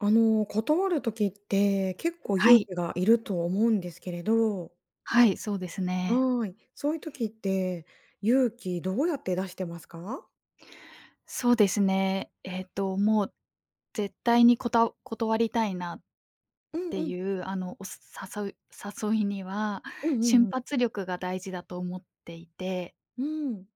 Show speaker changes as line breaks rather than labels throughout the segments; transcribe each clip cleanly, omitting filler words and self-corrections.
断る時って結構
は
勇
い、
気がいると思うんですけれど、
はい、そうですね。
はい、そういう時って勇気どうやって出してますか？
そうですね。もう絶対に断りたいなっ
うん
て
うん。
いう、誘いには、
うんうん
瞬
うん。
発力が大事だと思っていて、
うん。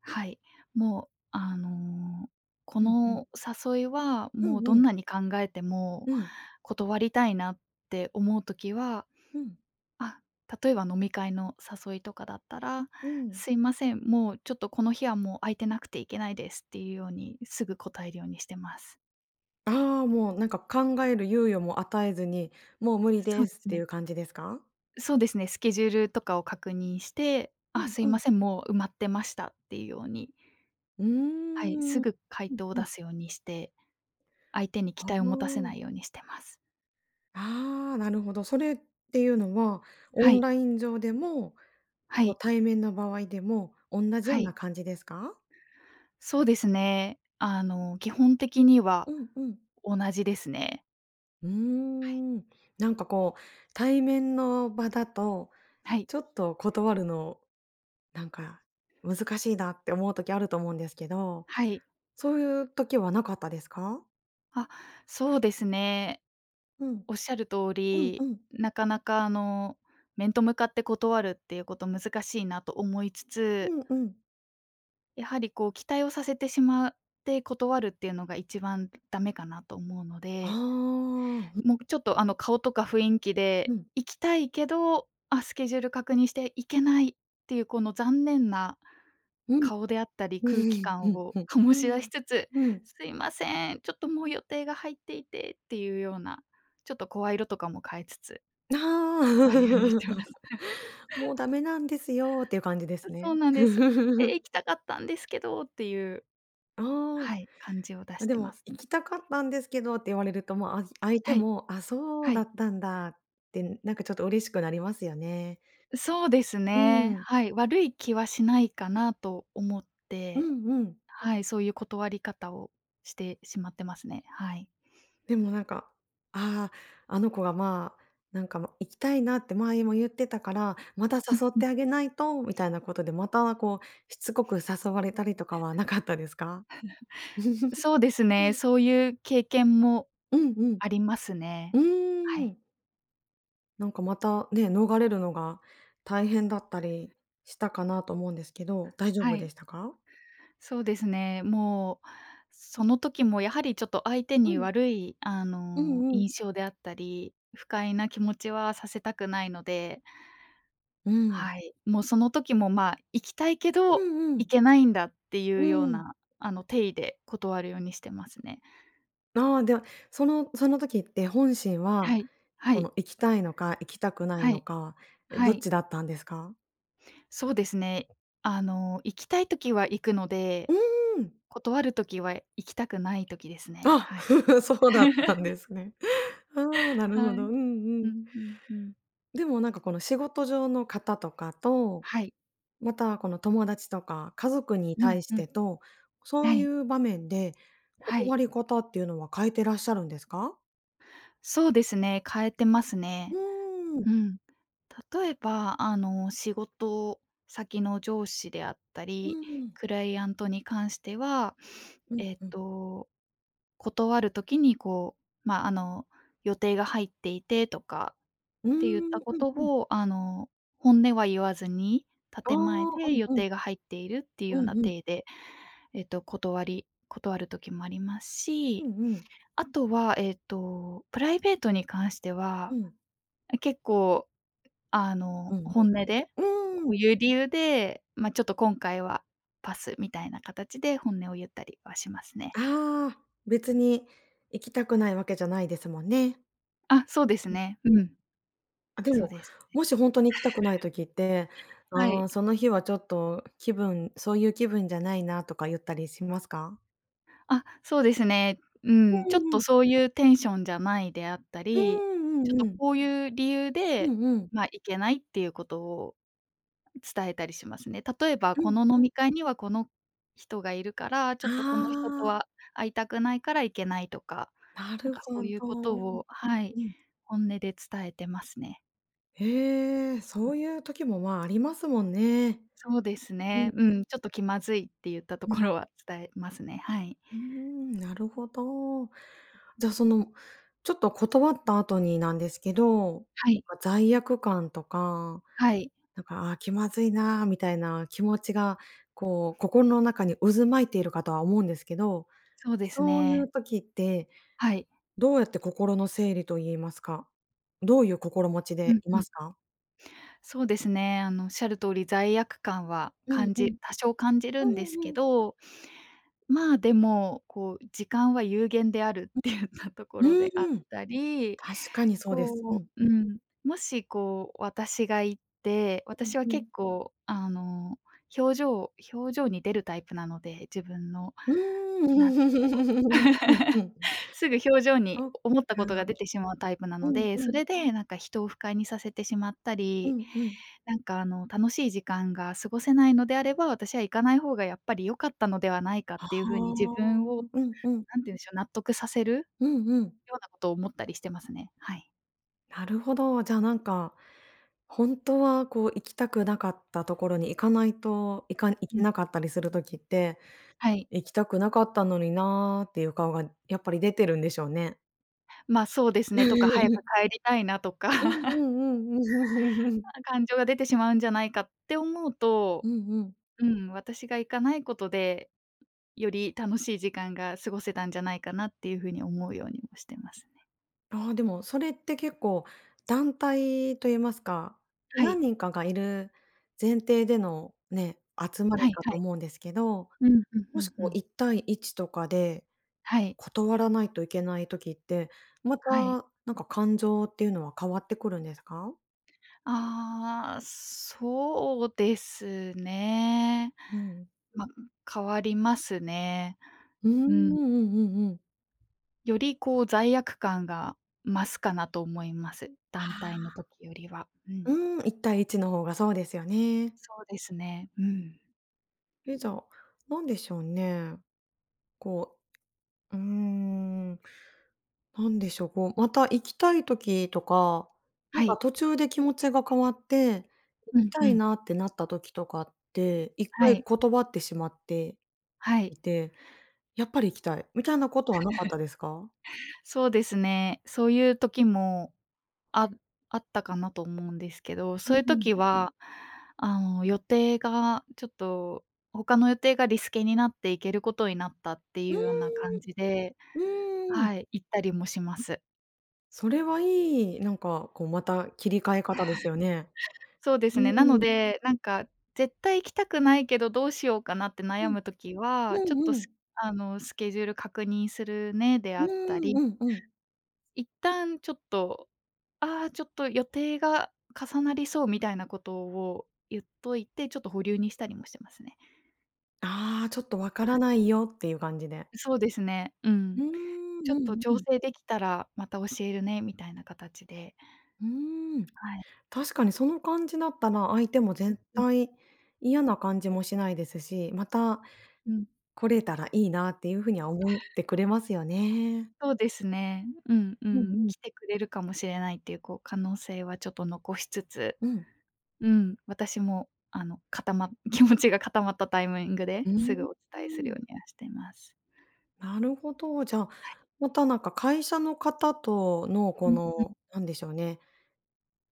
はい。もう、こ
うんうん。
の誘いは、
う
もう
ん
ど
うん。
んなに考えても
うん。
断りたいなって思う時は
うん。
あ、例えば飲み会の誘いとかだったら、
うんうんうん。
すいません、もうちょっとこの日はもう空いてなくていけないですっていうようにすぐ答えるようにしてます。
ああ、もうなんか考える猶予も与えずに、もう無理
そ
で
うで
すっ
す
てい
ね。
う感じですか？
そうですね、スケジュールとかを確認して、
う
あ、
ん
すい
う
ま
ん。
せん、もう埋まってましたっていうように、
うー
はい、
ん。う
すぐ回
ん
答を
う
出
ん。
すようにして、相手に期
ああ。
待を持たせないようにしてます。
ああ、なるほど。それっていうのは、オ
は
ン
い、
ライン上でも
は
こう
い、
対面の場合でも、同じよ
は
うな
い。
感じですか？
そうですね。基本的には
うんうん。
同じですね。
うー
はい、
ん、なんかこう、対面の場だと、
はい、
ちょっと断るの、なんか難しいなって思う時あると思うんですけど、
はい。
そういう時はなかったですか？
あ、そうですね。
うん。
おっしゃる通
うんう
り、
ん。
なかなか面と向かって断るっていうこと難しいなと思いつつ、
うんうん。
やはりこう期待をさせてしまって断るっていうのが一番ダメかなと思うの
ああ、
で、
うん。
もうちょっと顔とか雰囲気
う
で、
ん。
行きたいけど、あ、スケジュール確認して行けないっていうこの残念な
うん。
顔であったり、
う
空気
んう
感
ん。
を醸
う
し出
ん。
しつつ、
うん。
すいません、ちょっともう予定が入っていてっていうような、ちょっと声色とかも変えつつ、
ああ。
断るようにしてま す。
もうダメなんですよっていう感じです
そ
ね。
うなんです。で行 きたかったんですけどっていう、
ああ。
はい、感じを出
まあ、
し
で
てま
も
す
「行
ね。
きたかったんですけど」って言われると、もう、相手
はい、
も「あ、そう
は
だ
い。
ったんだ」って、なんかちょっと嬉しくなりますよね。
そうです
う
ね。
ん。
はい、悪い気はしないかなと思っ
う
て、
んうん。
はい、そういう断り方をしてしまってますね。はい。
でもなんか、ああ、あの子が、まあ、なんか、ま、行きたいなって前も言ってたから、また
うん
誘っ
う
てあ
ん。
げないとみたいなことで、またこうしつこく誘われたりとかはなかったですか？
そうですね、そういう経験も
うんうん。
あります
う
ね。は
ー
い。
ん。なんかまたね、逃れるのが大変だったりしたかなと思うんですけど、大丈夫
は
で
い。
したか？
そうですね、もう、その時もやはりちょっと相手
う
に
ん、
悪い、
うんうん。
印象であったり、不快な気持ちはさせたくないので、
うん。
はい。もうその時も、まあ、行きたいけ
う
ど、
んうん。
行けないんだって
う
いうよう
ん。
な、体で断るようにしてますね。
ああ、では、その時って本心は、
はい。は
こ
い。
の行きたいのか、行きたくない
は
の
い。
か、え、
は
どっ
い。
ちだったんですか？
そうですね。行きたいときは行くの
う
で、
ーん。
断るときは行きたくないときですね。
あ、
はい。
そうだったんで すね。ああ、なるほ
は
ど。
い。
うんう
う
ん。
んうんうん。
でもなんかこの仕事上の方とかと
はい。
また、この友達とか家族に
うん
対し
う
て
ん。
と、そ
は
うい
い。
う場面で、
は
断
い。
り方っていうのは変えてらっしゃるんですか？
そうですね、変えてます
う
ね。
ーん。
うん。例えば、仕事先の上司であった
う
り、
ん。
クライアントに関しては、
うん
えっ
うん。
と、断るときにまあ、予定が入っていてとか
うー
て言った
ん、
こ
うん
と
うん。
を、本音は言わずに、
あ
建前
あ、う
で
ん
予
うん。
定が入っているっていうよう
う
な
んうん。
体で、断る時もあります
う
し、
んうん。
あとは、プライベートに関して
う
は、
ん。
え、結構、
うんう
本
ん。
音で、
う
こ
ーん。
ういう理由で、ま、ちょっと今回はパスみたいな形で本音を言ったりはしますね。
ああ、別に行きたくないわけじゃないですもんね。
あ、そうです
うん。
ね。うん。
あ、で
そう
も、
です。
もし本当に行きたくない時って、
は
ああ、
い。
その日はちょっと気分そういう気分じゃないなとか言ったりしますか？
あ、そうですね。うん、
う
ちょっ
んう
と
ん。
そういうテンションじゃないであった
うん
り、
う
ちょっ
んう
と
ん。
こういう理由
う
で、
んうん。
まあ、行けないっていうことを伝えたりしますね。例えば、
う
こ
ん。
の飲み会にはこの人がいるから、ちょっとこの人と
ああ、
は会いたくないから行けないとか、
な
なん
る
か
ほ
そういうこと
ど。
を、はい、
うん。
本音で伝えてますね。
へえ、そういう時も、まあ、ありますもんね。
そうです
う
ね。
ん、
うん、ちょっと気まずいって言ったと
う
こ
ん。
ろは伝えますね。はい。
うーん、なるほど。じゃ、その、ちょっと断った後になんですけど、
は
なん
い、
か罪悪感とか、
はい、
なんか、ああ、気まずいなみたいな気持ちが、こう、心の中に渦巻いているかとは思うんですけど、
そうです
そうい
ね。
う時って
はい。
どうやって心の整理と言いますか？どういう心持ち
う
で
ん
い
う
ま
ん。
すか？
そうですね、おっしゃる通り罪悪感は
うんうん。
多少感じる
う
んです
ん
け
うん。
ど、まあ、でも、こう、時間は有限であるって言ったとこ
う
ろであっ
ーん、
たり、
確かにそうです。う
こ
ん、
う、うん、もし、こう、私が行って、私は
うんうん。
結構、表情に出るタイプなので、自分の、
う
なん
ーん。うんう ん。
すぐ表情に
そっか。
思ったことが出てしまうタイプな
う
の
ん
で、
う
そ
ん。
れでなんか人を不快にさせてしまった
う
り、
んうん。
なんか楽しい時間が過ごせないのであれば、私は行かない方がやっぱり良かったのではないかっ
は
ていう風に自
あ。
分を、
うんうん。
何て言うんでしょう、納得させる
うんうん。
ようなことを思ったりしてますね。はい。
なるほど。じゃあなんか、ほんとはこう行きたくなかったところに行かないと、いか行
う
け
ん、
なかったりする時って、
はい。
行きたくなかったのになっていう顔がやっぱり出てるんでしょうね。
まあ、そうで す
う
ねとか、早く
ん
帰りたいなとか、
うんう んうん。
感情が出てしまうんじゃないかって思うと、
うんうん。
うん、私が行かないことでより楽しい時間が過ごせたんじゃないかなっていう風に思うようにもしてますね。
ああ、でもそれって結構団体と言いますか、
は
何
い。
人かがいる前提でのね、集ま
は
り
い
か
は
と
い。
思うんですけど、
うん、うんう
もし
んう
こう
ん。
1対1とかで
はい。
断らないといけない時って、ま
はい。
たなんか感情っていうのは変わってくるんですか？
ああ、そうですね。
うん。
ま、変わりますね。
うん、
うん。
うんうんうん。
よりこう罪悪感が増すかなと思います。団
あ
体の時よりは。う
あ、
ん。
うん、1対1の方がそうですよね。
そうですね。うん。
え、じゃあ、なんでしょうね。こううーん、なんでしょう、こう、また行きたい時とか、な
は
んか
い。
途中で気持ちが変わって、行
う
き
ん
た
う
い
ん。
なってなった時とかって、一
は
回
い。
断ってしまって
はい。
いて、やっぱり行きたいみたいなことはなかったですか？
そうですね。そういう時もあったかなと思うんですけど、
う
そういう
ん。
時は、予定がちょっと他の予定がリスケになって行けることになったって
う
いうよう
ー
な感じで、
ん、うーん。
はい、行ったりもします。
それはいい、なんかこうまた切り替え方ですよね。
そうで
う
すね、なの
ーん。
で、なんか絶対行きたくないけどどうしようかなって悩
うん、
む時は、
う
ちょっと
んう
ス
ん。
スケジュール確認するねで
う
あった
ーん、う
り、
んうん。
一旦ちょっとちょっと予定が重なりそうみたいなことを言っといて、ちょっと保留にしたりもしてますね。
ああ、ちょっとわからないよっていう感じで。
そうですね、う
うー
ん。
ん、
ちょっ
う
と
んう
調
ん。
整できたらまた教えるねみたいな形で、
うーん。
はい。
確かにその感じだったら、相手も絶
うん
対嫌な感じもしないですし、また
うん。
来れたらいいなっていうふうには思ってくれますよね。
そうですね。うんう
う
ん。
んうん。
来てくれるかもしれないっていう、こう可能性はちょっと残しつつ、
うん。
うん、私も気持ちが固まったタイミングで
う
すぐ
ー
お伝えする
ん。
ようにはしています。
なるほど。じゃあ、またなんか会社の方とのこ
うんう
の、
ん。
なんでしょうね、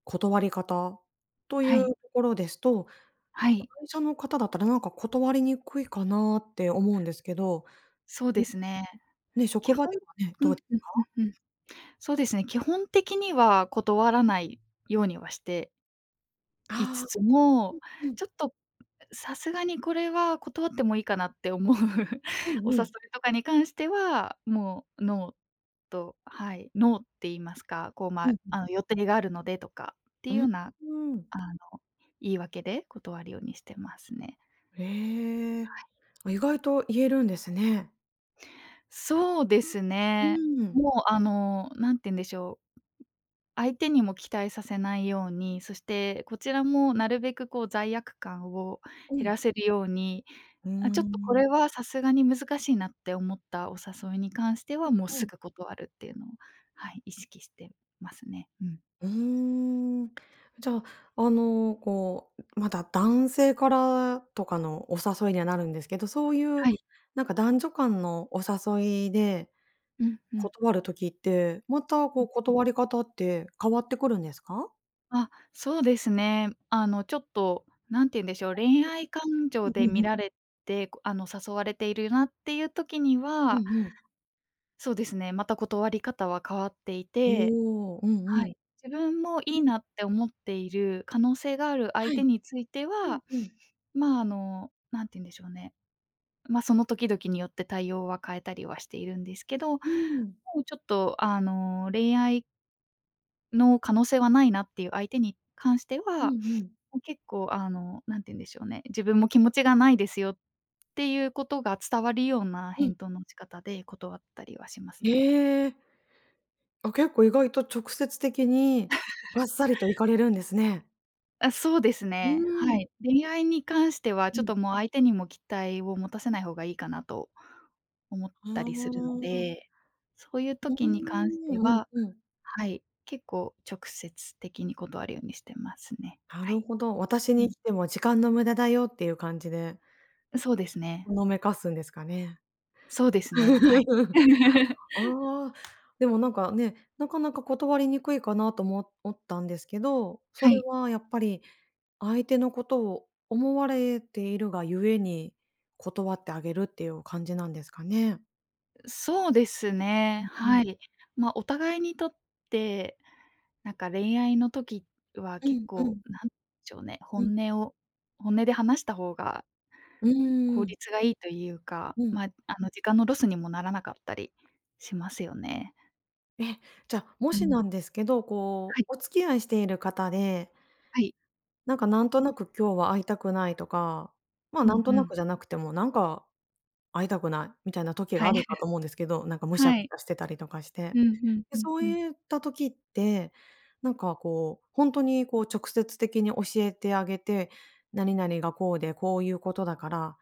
断り方とい
は
うと
い、
ころですと、
はい。
会社の方だったらなんか断りにくいかなって思うんですけど、
そうですね。
ね、
基
職
本
場ではね、
う
どう
ん
です
うん
か？
うんうん。そうですね、基本的には断らないようにはしてい
あ
つつも、
あー、うん。
ちょっとさすがにこれは断ってもいいかなって思う
うん
お
う
誘
ん。
いとかに関しては、もうノーと、はい、ノーって言いますか、こう、
う
ま、
ん。
予定があるのでとかってい
う
う
ー
ような、
ん。
あの、言い訳で断るようにしてますね。
ええ。あ、意外と言えるんですね。
そうです
う
ね。
ーん。
もう、何て言うんでしょう。相手にも期待させないように、そしてこちらもなるべくこう罪悪感を
う
減
ん。
らせるように、
うー
あ、ちょっとこ
ん。
れはさすがに難しいなって思ったお誘いに関しては、もう
う
す
ん。
ぐ断るっていうのを、はい、意識してますね。うん。
うーん。じゃあ、あの、こう、まだ男性からとかのお誘いにはなるんですけど、そういう
はい。
なんか男女間のお誘いで
うんうん。
断る時って、またこう断り方って変わってくるんですか？
あ、そうですね。あのちょっと、なんて言うんでしょう、恋愛感情
うん
で
うんう
見
ん。
られて、あの誘われているなっていう時に
う
は、
んうん。
そうですね、また断り方は変わってい
お
て、
お、うんう
は
ん。
い。自分も
う
い
ん、
いなって思っている可能性がある
は
相手
い。
について
うん
は、
うん。
まあ、何て言うんでしょうね、ま、その時々によって対応は変えたりはしているんですけど、も
うーん。
うちょっと、恋愛の可能性はないなっていう相手に関して
う
は、
んうん。
もう結構、何て言うんでしょうね、自分も気持ちがないですよっていうことが伝わるような
うん。
返答の仕方で断ったりはしますね。
ええ。あ、結構意外と直接的にばっさりと行かれるんですね。
あ、そうです
う
ね。
ー
は
ん、
い。恋愛に関しては、
う
ちょっ
ん。
ともう相手にも期待を持たせない方がいいかなと思っ
あ
たりするの
あ、
で、そういう
うー
時に関して
ん、うん
は、
うん。
はい、結構直接的に断るようにしてますね。
な
は
る
い。
ほど。私
う
に
ん。
来ても時間の無駄だよっていう感じで、
そうですね。
ほのめかすんですかね。
そうですね、はい。
ああ、でもなんかね、なかなか断りにくいかなと思ったんですけど、そ
は
れ
い、
はやっぱり相手のことを思われているがゆえに、断ってあげるっていう感じなんですかね？
そうですね、はい。ま、お互いにとって、なんか恋愛の時は
う
結
んう
構、
ん、
なんでしょうね、
うん。
本音で話した方が
う
効
ーん、
率がいいというか、
うん。
まあ、時間のロスにもならなかったりしますよね。
え、じゃあ、も
う
し
ん。
なんですけど、
は
こ
い、
う、お付き合いしている方で、
はい。
なんかなんとなく今日は会いたくないとか、ま、
うん
なんと
う
なく
ん。
じゃなくても、なんか会いたくないみたいな時が
は
あ
い。
るか と思うんですけど、なんかむしゃく
は
し
い。
ゃしてたりとかし
う
て。
んうん
で、
うん
そう
うん。
いった時って、なんかこう、本当にこう直接的に教えてあげて、「何々がこうで、こういうことだから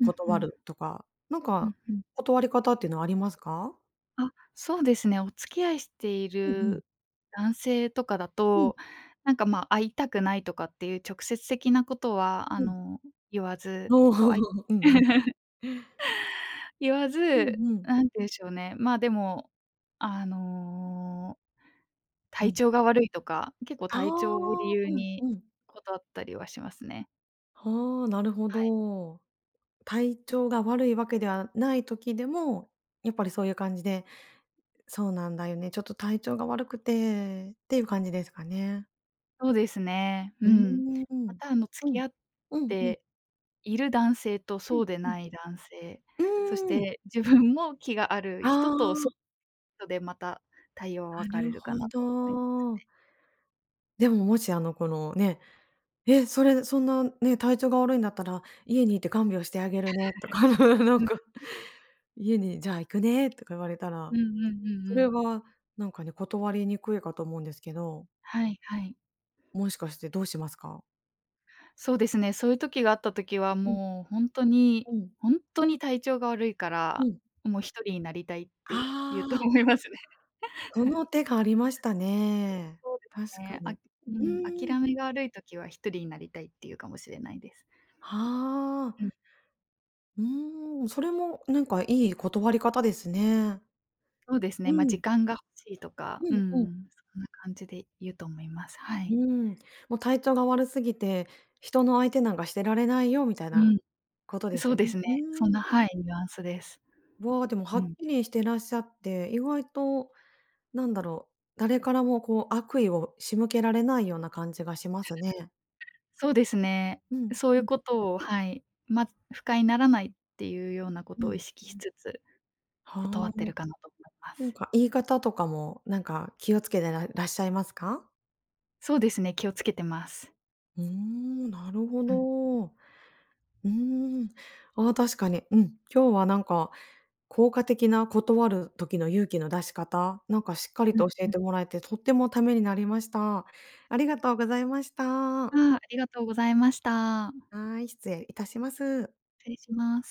うんう
断
ん。
る」とか、なん
う
か
んうん。
断り方っていうのはありますか？
あ、そうですね、お付き合いしてい
うんうん。
る男性とかだ
うん
と、なんか、ま、会いたくないとかっていう直接的なことは、
うん。
言わず、
おお。
こう、
うんうん。
言わ
う
ず、
んうん。
なんて言うんでしょうね、ま、でも、あの
う
体
ん。
調が悪いとか、結構
あ
体調を理
あ、
由
うん
に
うん。
断ったりはしますね。
はあ、なるほ
はい。
ど。体調が悪いわけではない時でも、やっぱりそういう感じで、そうなんだよね、ちょっと体調が悪くてっていう感じですかね。
そうですね。
う
う
ー
ん。ま
ん。
た、
う
付き
ん。
合っ
うんうん。
ている男性と
うんう
そ
ん
うで
うん。
ない男性、
う
そし
ーん。
て自分も気がある人
あ
と、そ
あ、
うでまた対応は
な
分かれ
る
るか
ほ
なと思います。
ど。でももしあのこのねえ、それ、そんなね、体調が悪いんだったら、家にいて看病してあげるねとか、なん
う
か、家にじゃあ行くねとか言われたら、
んうんうんう
そ
んう
れ
ん。
はなんかね、断りにくいかと思うんですけど、
はいはい。
もしかしてどうしますか？
そうですね、そういう時があった時は
うん
もう
うん
ほんとに体調が悪いか
う
ら、
ん。
もう一人になりたいって言
あ
うと
あ、
思いますね。
その手がありましたね。
そうです
確か
ね。
に。
う
う
ん、
ーん、
諦めが悪い時は一人になりたいっていうかもしれないです。
はあ、
うん、
うーん、それもなんかいい断り方ですね。
そうです
う
ね、ま、
ん、
時間が欲しいとか、
う
う
んうん。
ん、そんな感じで言うと思います。は
う
い。
ん、もう体調が悪すぎて、人の相手なんかしてられないよみたい
う
な
ん、
ことで
そ
す
う
よ
で
ね。
すね。
う
そん
ー
な、
ん。
はい、ニュアンスです。
わあ、でもは
う
っ
ん。
きりしてらっしゃって、意外となんだろう、誰からもこう悪意を仕向けられないような感じがしますね。
そうですね。
うん、
そうい
う
う
ん、
ことを、はい、ま、不快にならないっていうようなこ
う
とを意
ん。
識しつつ、
はあ。
断ってるかなと思いま
なん
す。
か言い方とかも、なんか気をつけてららっしゃいますか？
そうですね、気をつけてます。
うーん、なるほ
うん、
ど。うーん。ああ、確かに。うん。今日はなんか効果的な断る時の勇気の出し方、なんかしっかり
う
と
ん、
教え
うん。
てもらえて、とってもためになりました。ありがとうございまし
あ
た。
あ、ありがとうございました。
はい、失礼いたします。
失礼します。